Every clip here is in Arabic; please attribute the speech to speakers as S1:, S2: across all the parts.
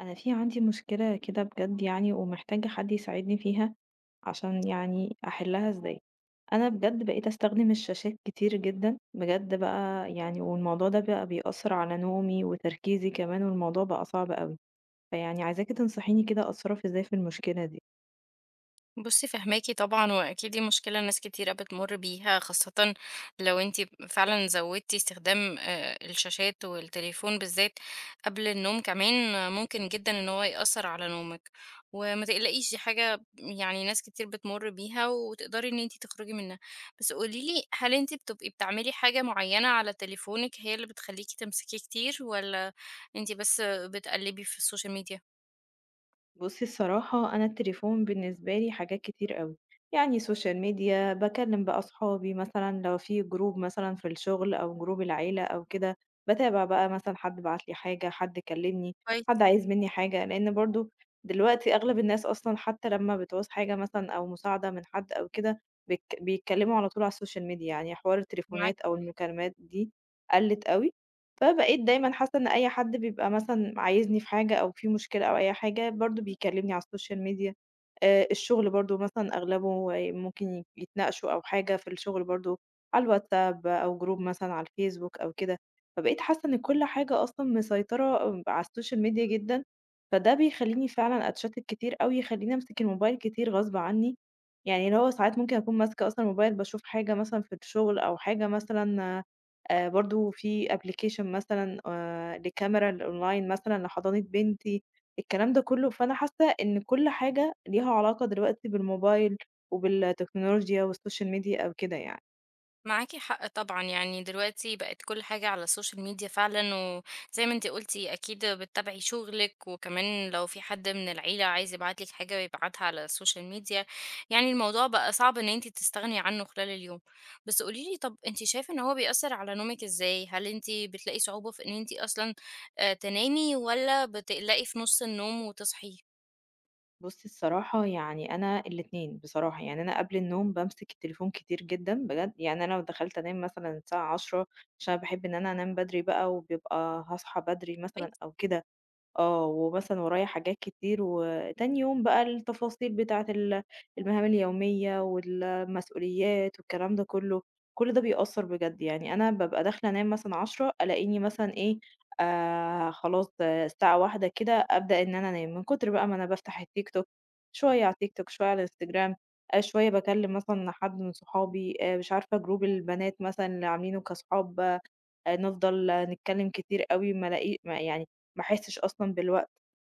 S1: أنا في عندي مشكلة كده بجد يعني ومحتاجة حد يساعدني فيها عشان يعني أحلها إزاي. أنا بجد بقيت أستخدم الشاشات كتير جدا بجد بقى يعني، والموضوع ده بقى بيأثر على نومي وتركيزي كمان، والموضوع بقى صعب قوي، فيعني عايزاكي تنصحيني كده أتصرف إزاي في المشكلة دي.
S2: بُصّي فاهماكِ طبعًا، وأكيد دي مشكلة ناس كتيرة بتمُر بيها، خاصةً لو أنتِ فعلًا زوّدتِ استخدام الشاشات والتليفون بالذات قبل النوم كمان، ممكن جدًا إن هو يأثّر على نومِك. وما تقلقيش دي حاجة يعني ناس كتير بتمُر بيها وتقدري إن أنتِ تخرجي منها. بس قولي لي، هل أنتِ بتبقي بتعملي حاجة معيّنة على تليفونِك هي اللي بتخلّيكِ تمسكيه كتير والّا أنتِ بس بتقلّبي في السوشيال ميديا؟
S1: بُصّي الصراحة أنا التليفون بالنسبة لي حاجات كتير أوي، يعني سوشيال ميديا، باكلّم بقى أصحابي مثلًا لو في جروب مثلًا في الشغل أو جروب العيلة أو كده، باتابع بقى مثلًا حد بعت لي حاجة، حد كلّمني،
S2: كويس،
S1: حد عايز منّي حاجة، لإن برضه دلوقتي أغلب الناس أصلًا حتى لمّا بتعوز حاجة مثلًا أو مساعدة من حد أو كده بيتك بيتكلّموا على طول على السوشيال ميديا، يعني حوار
S2: معاكِ.
S1: التليفونات أو المكالمات دي قَلِّت أوي. فبقيت دايمًا حاسة إن أي حد بيبقى مثلًا عايزني في حاجة أو في مشكلة أو أي حاجة برضه بيكلمني على الSocial media. الشغل برضه مثلًا أغلبه ممكن يتناقشوا أو حاجة في الشغل برضه على الWhatsApp أو Group مثلًا على الFacebook أو كده، فبقيت حاسة إن كل حاجة أصلًا مسيطرة على الSocial media جدًا، فده بيخلّيني فعلًا أتشتت كتير أوي، يخلّيني أمسك الموبايل كتير غصب عني، يعني اللي هو ساعات ممكن أكون ماسكة أصلًا الموبايل باشوف حاجة مثلًا في الشغل أو حاجة مثلًا، برضه في application مثلًا لكاميرا الأونلاين مثلًا لحضانة بنتي، الكلام ده كله، فأنا حاسة إن كل حاجة ليها علاقة دلوقتي بالموبايل وبالتكنولوجيا والسوشيال ميديا أو كده يعني.
S2: معاكِ حق طبعًا، يعني دلوقتي بقت كل حاجة على الSocial media فعلًا، وزي ما أنتِ قُلتِ أكيد بتتابعي شغلِك، وكمان لو في حد من العيلة عايز يبعت لِك حاجة بيبعتها على الSocial media، يعني الموضوع بقى صعب إن أنتِ تستغني عنه خلال اليوم. بس قولي لي طَب أنتِ شايفة إن هو بيأثّر على نومِك إزاي؟ هل أنتِ بتلاقي صعوبة في إن أنتِ أصلًا تنامي والّا بتقلقي في نُص النوم وتصحي؟
S1: بُصّي الصراحة يعني أنا الاتنين بصراحة، يعني أنا قبل النوم بامسك التليفون كتير جدًا بجد، يعني أنا لو دخلت أنام مثلًا الساعة 22:00 عشان أنا باحب إن أنا أنام بدري بقى وبيبقى هاصحى بدري مثلًا
S2: كويس،
S1: أو كده، آه، ومثلًا ورايا حاجات كتير وتاني يوم بقى التفاصيل بتاعة المهام اليومية والمسؤوليات والكلام ده كلّه، كل ده بيأثّر بجد، يعني أنا بابقى داخلة أنام مثلًا 22:00 ألاقيني مثلًا إيه، خلاص آه، الساعة 01:00 كده أبدأ إن أنا أنام، من كتر بقى ما أنا بافتح التيك توك، شوية على التيك توك، شوية على الإنستجرام، شوية باكلّم مثلًا حد من صحابي، مش عارفة جروب البنات مثلًا اللي عاملينه كصحاب، نفضل نتكلّم كتير أوي ما الاقي ما يعني ما احسش أصلًا بالوقت،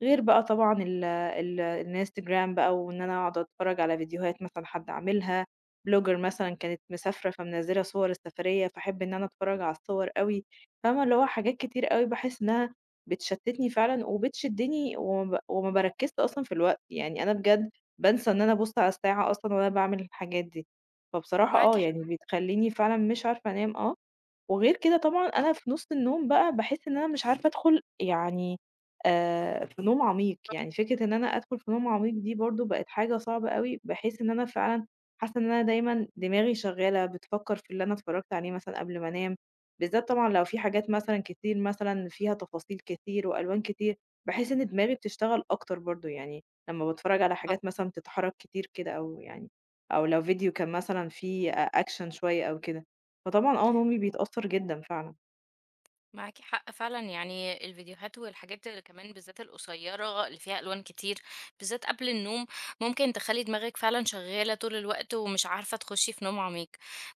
S1: غير بقى طبعًا ال ال الInstagram بقى وإن أنا أقعد أتفرّج على فيديوهات مثلًا حد عاملها، بلوجر مثلًا كانت مسافرة فمنزّلة صور السفرية، فاحب إن أنا أتفرّج على الصور أوي، فاهمة اللي هو حاجات كتير أوي باحس إنها بتشتتني فعلًا وبتشدني وما باركّزش أصلًا في الوقت، يعني أنا بجد بانسى إن أنا أبُص على الساعة أصلًا وأنا باعمل الحاجات دي، فبصراحة
S2: معاكِ
S1: آه،
S2: حق
S1: يعني بتخلّيني فعلًا مش عارفة أنام آه. وغير كده طبعًا أنا في نُص النوم بقى باحس إن أنا مش عارفة أدخل يعني في نوم عميق، يعني فكرة إن أنا أدخل في نوم عميق دي برضه بقت حاجة صعبة أوي، بحيث إن أنا فعلًا حاسة إن أنا دايمًا دماغي شغالة بتفكّر في اللي أنا اتفرّجت عليه مثلًا قبل ما أنام، بالذات طبعًا لو في حاجات مثلًا كتير مثلًا فيها تفاصيل كتير وألوان كتير، باحس إن دماغي بتشتغل أكتر برضه، يعني لمّا باتفرّج على
S2: طبعًا.
S1: حاجات مثلًا بتتحرك كتير كده أو يعني، أو لو فيديو كان مثلًا فيه action شوية أو كده. فطبعًا آه، نومي بيتأثّر جدًا فعلًا.
S2: معاكِ حق فعلًا، يعني الفيديوهات والحاجات اللي كمان بالذات القصيّرة اللي فيها ألوان كتير، بالذات قبل النوم، ممكن تخلّي دماغِك فعلًا شغّالة طول الوقت ومش عارفة تخشّي في نوم عميق.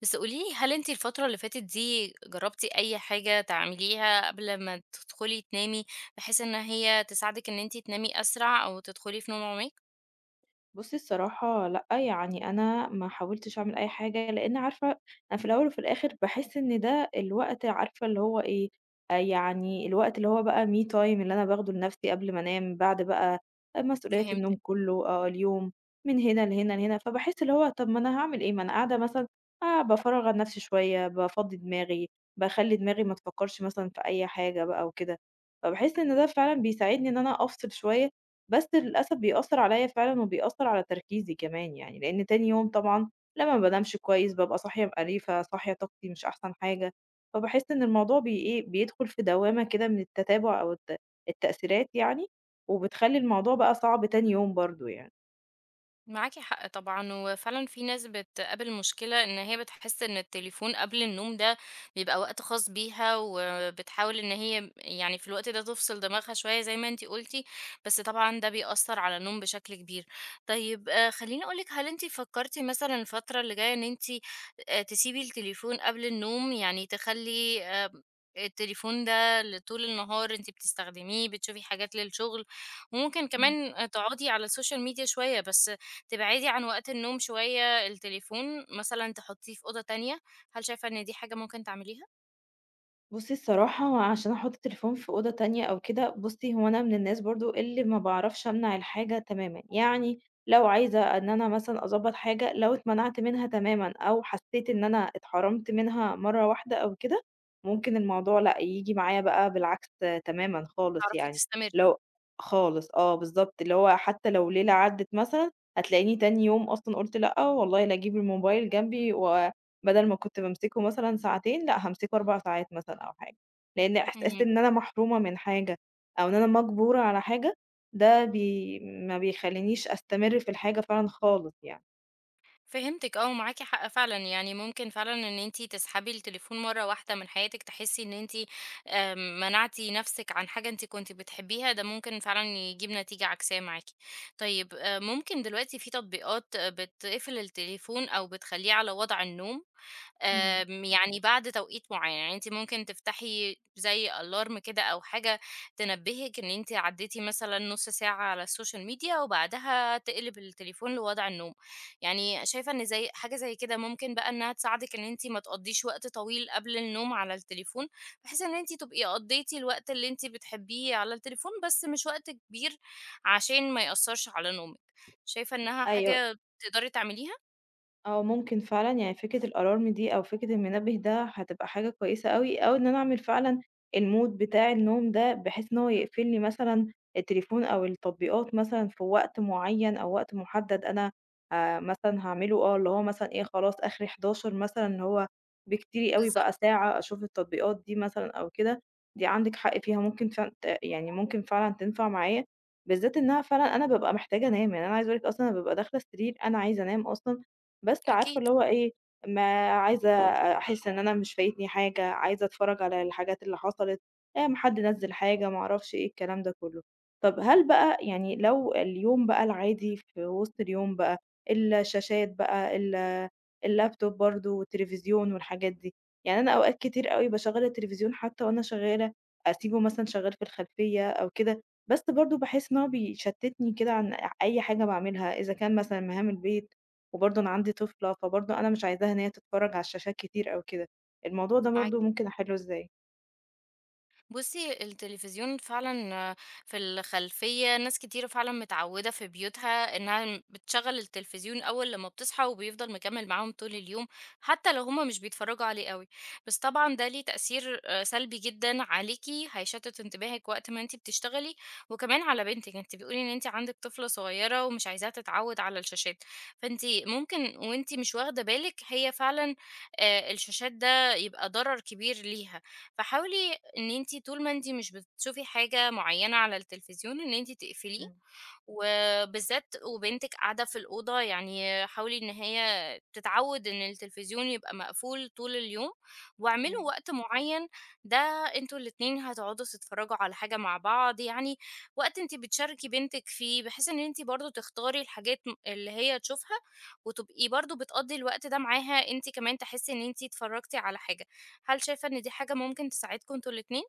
S2: بس قولي لي، هل أنتِ الفترة اللي فاتت دي جرّبتِ أي حاجة تعمليها قبل ما تدخلي تنامي، بحيث إن هي تساعدِك إن أنتِ تنامي أسرع أو تدخلي في نوم عميق؟
S1: بُصّي الصراحة لأ، يعني أنا ما حاولتش أعمل أي حاجة، لإن عارفة أنا في الأول وفي الآخر باحس إن ده الوقت عارفة اللي هو إيه، يعني الوقت اللي هو بقى me time اللي أنا باخده لنَفْسي قبل ما أنام، بعد بقى مسؤوليات
S2: فهمني.
S1: النوم كُلّه، آه، اليوم، من هنا لهنا لهنا، فباحس اللي هو طَب ما أنا هاعمل إيه، ما أنا قاعدة مثلًا بافرّغ عن نَفْسي شوية، بافضّي دماغي، باخلّي دماغي ما تفكّرش مثلًا في أي حاجة بقى وكده. فباحس إن ده فعلًا بيساعدني إن أنا أفصل شوية، بس للأسف بيأثّر عليَّ فعلًا وبيأثّر على تركيزي كمان يعني، لإن تاني يوم طبعًا لمّا ما بانامش كويس بابقى صاحية مقريفة، صاحية طاقتي مش أحسن حاجة، فباحس إن الموضوع إيه، بيدخل في دوّامة كده من التتابع أو التأثيرات يعني، وبتخلّي الموضوع بقى صعب تاني يوم برضه يعني.
S2: معاكي حق طبعا وفعلا في ناس بتقابل مشكلة ان هي بتحس ان التليفون قبل النوم ده بيبقى وقت خاص بيها وبتحاول ان هي يعني في الوقت ده تفصل دماغها شوية زي ما انتي قلتي، بس طبعا ده بيأثر على النوم بشكل كبير. طيب خليني اقولك، هل انتي فكرتي مثلا الفترة اللي جاية ان انتي تسيبي التليفون قبل النوم، يعني تخلي التليفون ده لطول النهار انتي بتستخدميه بتشوفي حاجات للشغل وممكن كمان تقعدي على السوشيال ميديا شوية، بس تبعدي عن وقت النوم شوية التليفون، مثلًا تحطيه في أوضة تانية، هل شايفة إن دي حاجة ممكن تعمليها؟
S1: بُصّي الصراحة عشان أحُط التليفون في أوضة تانية أو كده، بُصّي هو أنا من الناس برضه اللي ما باعرفش أمنع الحاجة تمامًا، يعني لو عايزة إن أنا مثلًا أضبّط حاجة، لو اتمنعت منها تمامًا أو حسّيت إن أنا اتحرمت منها مرّة واحدة أو كده، ممكن الموضوع لأ، ييجي معايا بقى بالعكس تمامًا خالص
S2: تعرفي
S1: يعني،
S2: تستمري.
S1: لو خالص آه بالضبط، اللي هو حتى لو ليلة عدّت مثلًا، هتلاقيني تاني يوم أصلًا قُلت لأ، والله لا أجيب الموبايل جنبي، و بدل ما كنت بامسكه مثلًا ساعتين، لأ هامسكه 4 ساعات مثلًا أو حاجة، لإن إحساس
S2: إمم.
S1: إن أنا محرومة من حاجة أو إن أنا مجبورة على حاجة، ده ما بيخلّينيش أستمر في الحاجة فعلًا خالص يعني.
S2: فهمتِك ومعاكِ حق فعلًا، يعني ممكن فعلًا إن أنتِ تسحبي التليفون مرة واحدة من حياتِك، تحسي إن أنتِ منعتِ نفسِك عن حاجة أنتِ كنتِ بتحبيها، ده ممكن فعلًا يجيب نتيجة عكسية معاكِ. طيب ممكن دلوقتي في تطبيقات بتقفل التليفون أو بتخلّيه على وضع النوم؟
S1: إمم.
S2: يعني بعد توقيت معيّن، يعني أنتِ ممكن تفتحي زي alarm كده أو حاجة تنبهِك إن أنتِ عدّيتِ مثلًا نُص ساعة على السوشيال ميديا وبعدها تقلب التليفون لوضع النوم، يعني شايفة إن زي حاجة زي كده ممكن بقى إنها تساعدِك إن أنتِ ما تقضّيش وقت طويل قبل النوم على التليفون، بحيث إن أنتِ تبقي قضّيتِ الوقت اللي أنتِ بتحبيه على التليفون، بس مش وقت كبير عشان ما يأثّرش على نومِك، شايفة إنها
S1: أيوه.
S2: حاجة تقدري تعمليها؟
S1: آه، ممكن فعلًا، يعني فكرة الألارم دي أو فكرة المنبه ده هتبقى حاجة كويسة أوي، أو إن أنا أعمل فعلًا الmode بتاع النوم ده، بحيث إن هو يقفل لي مثلًا التليفون أو التطبيقات مثلًا في وقت معين أو وقت محدد أنا، مثلًا هاعمله آه، اللي هو مثلًا إيه خلاص آخري 23:00 مثلًا اللي هو بكتير أوي
S2: بالضبط،
S1: بقى ساعة أشوف التطبيقات دي مثلًا أو كده، دي عندِك حق فيها ممكن فعلًا يعني ممكن فعلًا تنفع معايا، بالذات إنها فعلًا أنا بابقى محتاجة أنام، يعني أنا عايزة أقول لِك أصلًا أنا بابقى داخلة السرير أنا عايزة أنام أصلًا بس عارفة
S2: أكيد
S1: اللي
S2: طبعًا.
S1: هو إيه، ما عايزة أحس إن أنا مش فايتني حاجة، عايزة أتفرّج على الحاجات اللي حصلت، حد نزّل حاجة ما أعرفش إيه الكلام ده كلّه. طَب هل بقى يعني لو اليوم بقى العادي في وسط اليوم بقى، الشاشات بقى، الlaptop برضه والتليفزيون والحاجات دي، يعني أنا أوقات كتير أوي باشغّل التليفزيون حتى وأنا شغّالة، أسيبه مثلًا شغّال في الخلفية أو كده، بس برضه باحس إن هو بيشتّتني كده عن أي حاجة باعملها، إذا كان مثلًا مهام البيت، وبرضه أنا عندي طفلة، فبرضه أنا مش عايزاها إن هي تتفرّج على الشاشات كتير أو كده، الموضوع ده
S2: معاكِ.
S1: برضه ممكن أحِلّه إزاي؟
S2: بُصّي، التلفزيون فعلًا في الخلفية ناس كتيرة فعلًا متعوّدة في بيوتها إنها بتشغّل التلفزيون أول لمّا بتصحى وبيفضل مكمّل معاهم طول اليوم، حتى لو هُم مش بيتفرّجوا عليه أوي. بس طبعًا ده ليه تأثير سلبي جدًا عليكِ، هيشتِّت انتباهِك وقت ما أنتِ بتشتغلي، وكمان على بنتِك، أنتِ بتقولي إن أنتِ عندِك طفلة صغيّرة ومش عايزاها تتعوّد على الشاشات، فأنتِ ممكن وأنتِ مش واخدة بالِك هي فعلًا الشاشات ده يبقى ضرر كبير ليها. فحاولي إن أنتِ طول ما أنتِ مش بتشوفي حاجة معينة على التلفزيون إن أنتِ تقفليه،
S1: إمم.
S2: وبالذات وبنتِك قاعدة في الأوضة، يعني حاولي إن هي تتعوِّد إن التلفزيون يبقى مقفول طول اليوم، واعملوا
S1: إمم.
S2: وقت معيّن ده أنتم الاتنين هتقعدوا تتفرّجوا على حاجة مع بعض، يعني وقت أنتِ بتشاركي بنتِك فيه، بحيث إن أنتِ برضه تختاري الحاجات م اللي هي تشوفها، وتبقي برضه بتقضّي الوقت ده معاها، أنتِ كمان تحسّي إن أنتِ اتفرّجتِ على حاجة. هل شايفة إن دي حاجة ممكن تساعدكم أنتم الاتنين؟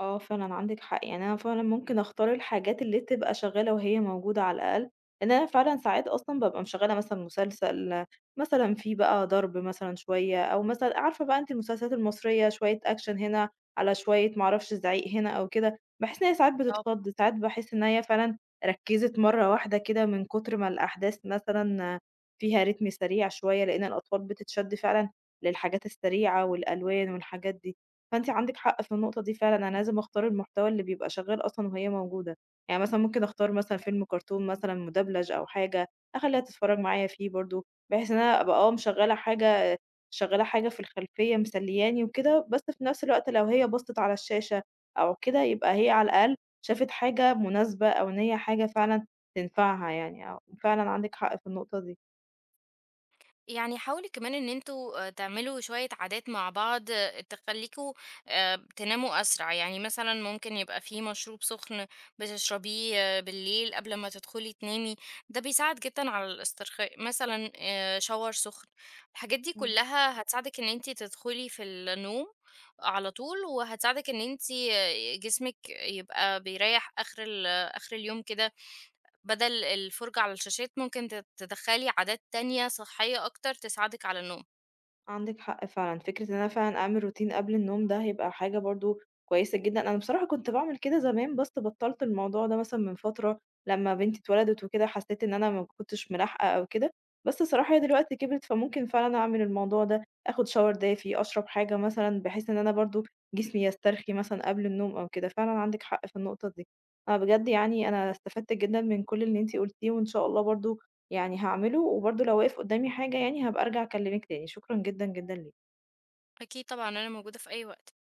S1: آه فعلًا عندِك حق، يعني أنا فعلًا ممكن أختار الحاجات اللي تبقى شغّالة وهي موجودة على الأقل، لإن أنا فعلًا ساعات أصلًا بابقى مشغّلة مثلًا مسلسل مثلًا فيه بقى ضرب مثلًا شوية، أو مثلًا عارفة بقى أنتِ المسلسلات المصرية شوية أكشن هنا، على شوية ما أعرفش زعيق هنا أو كده، باحس إن هي ساعات بتتخض، ساعات باحس إن هي فعلًا ركّزت مرّة واحدة كده من كتر ما الأحداث مثلًا فيها رتم سريع شوية، لإن الأطفال بتتشد فعلًا للحاجات السريعة والألوان والحاجات دي. فأنتِ عندِك حق في النقطة دي فعلًا، أنا لازم أختار المحتوى اللي بيبقى شغال أصلًا وهي موجودة، يعني مثلًا ممكن أختار مثلًا فيلم كرتون مثلًا مدبلج أو حاجة، أخلّيها تتفرج معايا فيه برضه، بحيث إن أنا أبقى آه مشغّلة حاجة في الخلفية مسلياني وكده، بس في نفس الوقت لو هي بصِّت على الشاشة أو كده، يبقى هي على الأقل شافت حاجة مناسبة أو إن هي حاجة فعلًا تنفعها يعني، أو فعلًا عندِك حق في النقطة دي.
S2: يعني حاولي كمان ان انتوا تعملوا شوية عادات مع بعض، تخليكوا تناموا اسرع، يعني مثلا ممكن يبقى في مشروب سخن بتشربيه بالليل قبل ما تدخلي تنامي، ده بيساعد جدا على الاسترخاء، مثلا شاور سخن. الحاجات دي
S1: إمم.
S2: كلها هتساعدك ان انتي تدخلي في النوم على طول، وهتساعدك ان انتي جسمك يبقى بيريح اخر اخر اليوم كده، بدل الفرجة على الشاشات ممكن تدخّلي عادات تانية صحية أكتر تساعدِك على النوم.
S1: عندِك حق فعلًا، فكرة إن أنا فعلًا أعمل روتين قبل النوم ده هيبقى حاجة برضه كويسة جدًا، أنا بصراحة كنت باعمل كده زمان بس بطّلت الموضوع ده مثلًا من فترة، لمّا بنتي اتولدت وكده حسيت إن أنا ما كنتش ملاحقة أو كده، بس الصراحة هي دلوقتي كبرت فممكن فعلًا أعمل الموضوع ده، آخد shower دافي، أشرب حاجة مثلًا بحيث إن أنا برضه جسمي يسترخي مثلًا قبل النوم أو كده، فعلًا عندِك حق في النقطة دي. أنا بجد يعني أنا استفدت جدًا من كل اللي أنتِ قُلتيه، وإن شاء الله برضه يعني هاعمله وبرضه لو وقف قدامي حاجة يعني هابقى أرجع أكلمِك تاني، شكرًا جدًا، جدًا ليكِ.
S2: أكيد طبعًا أنا موجودة في أي وقت.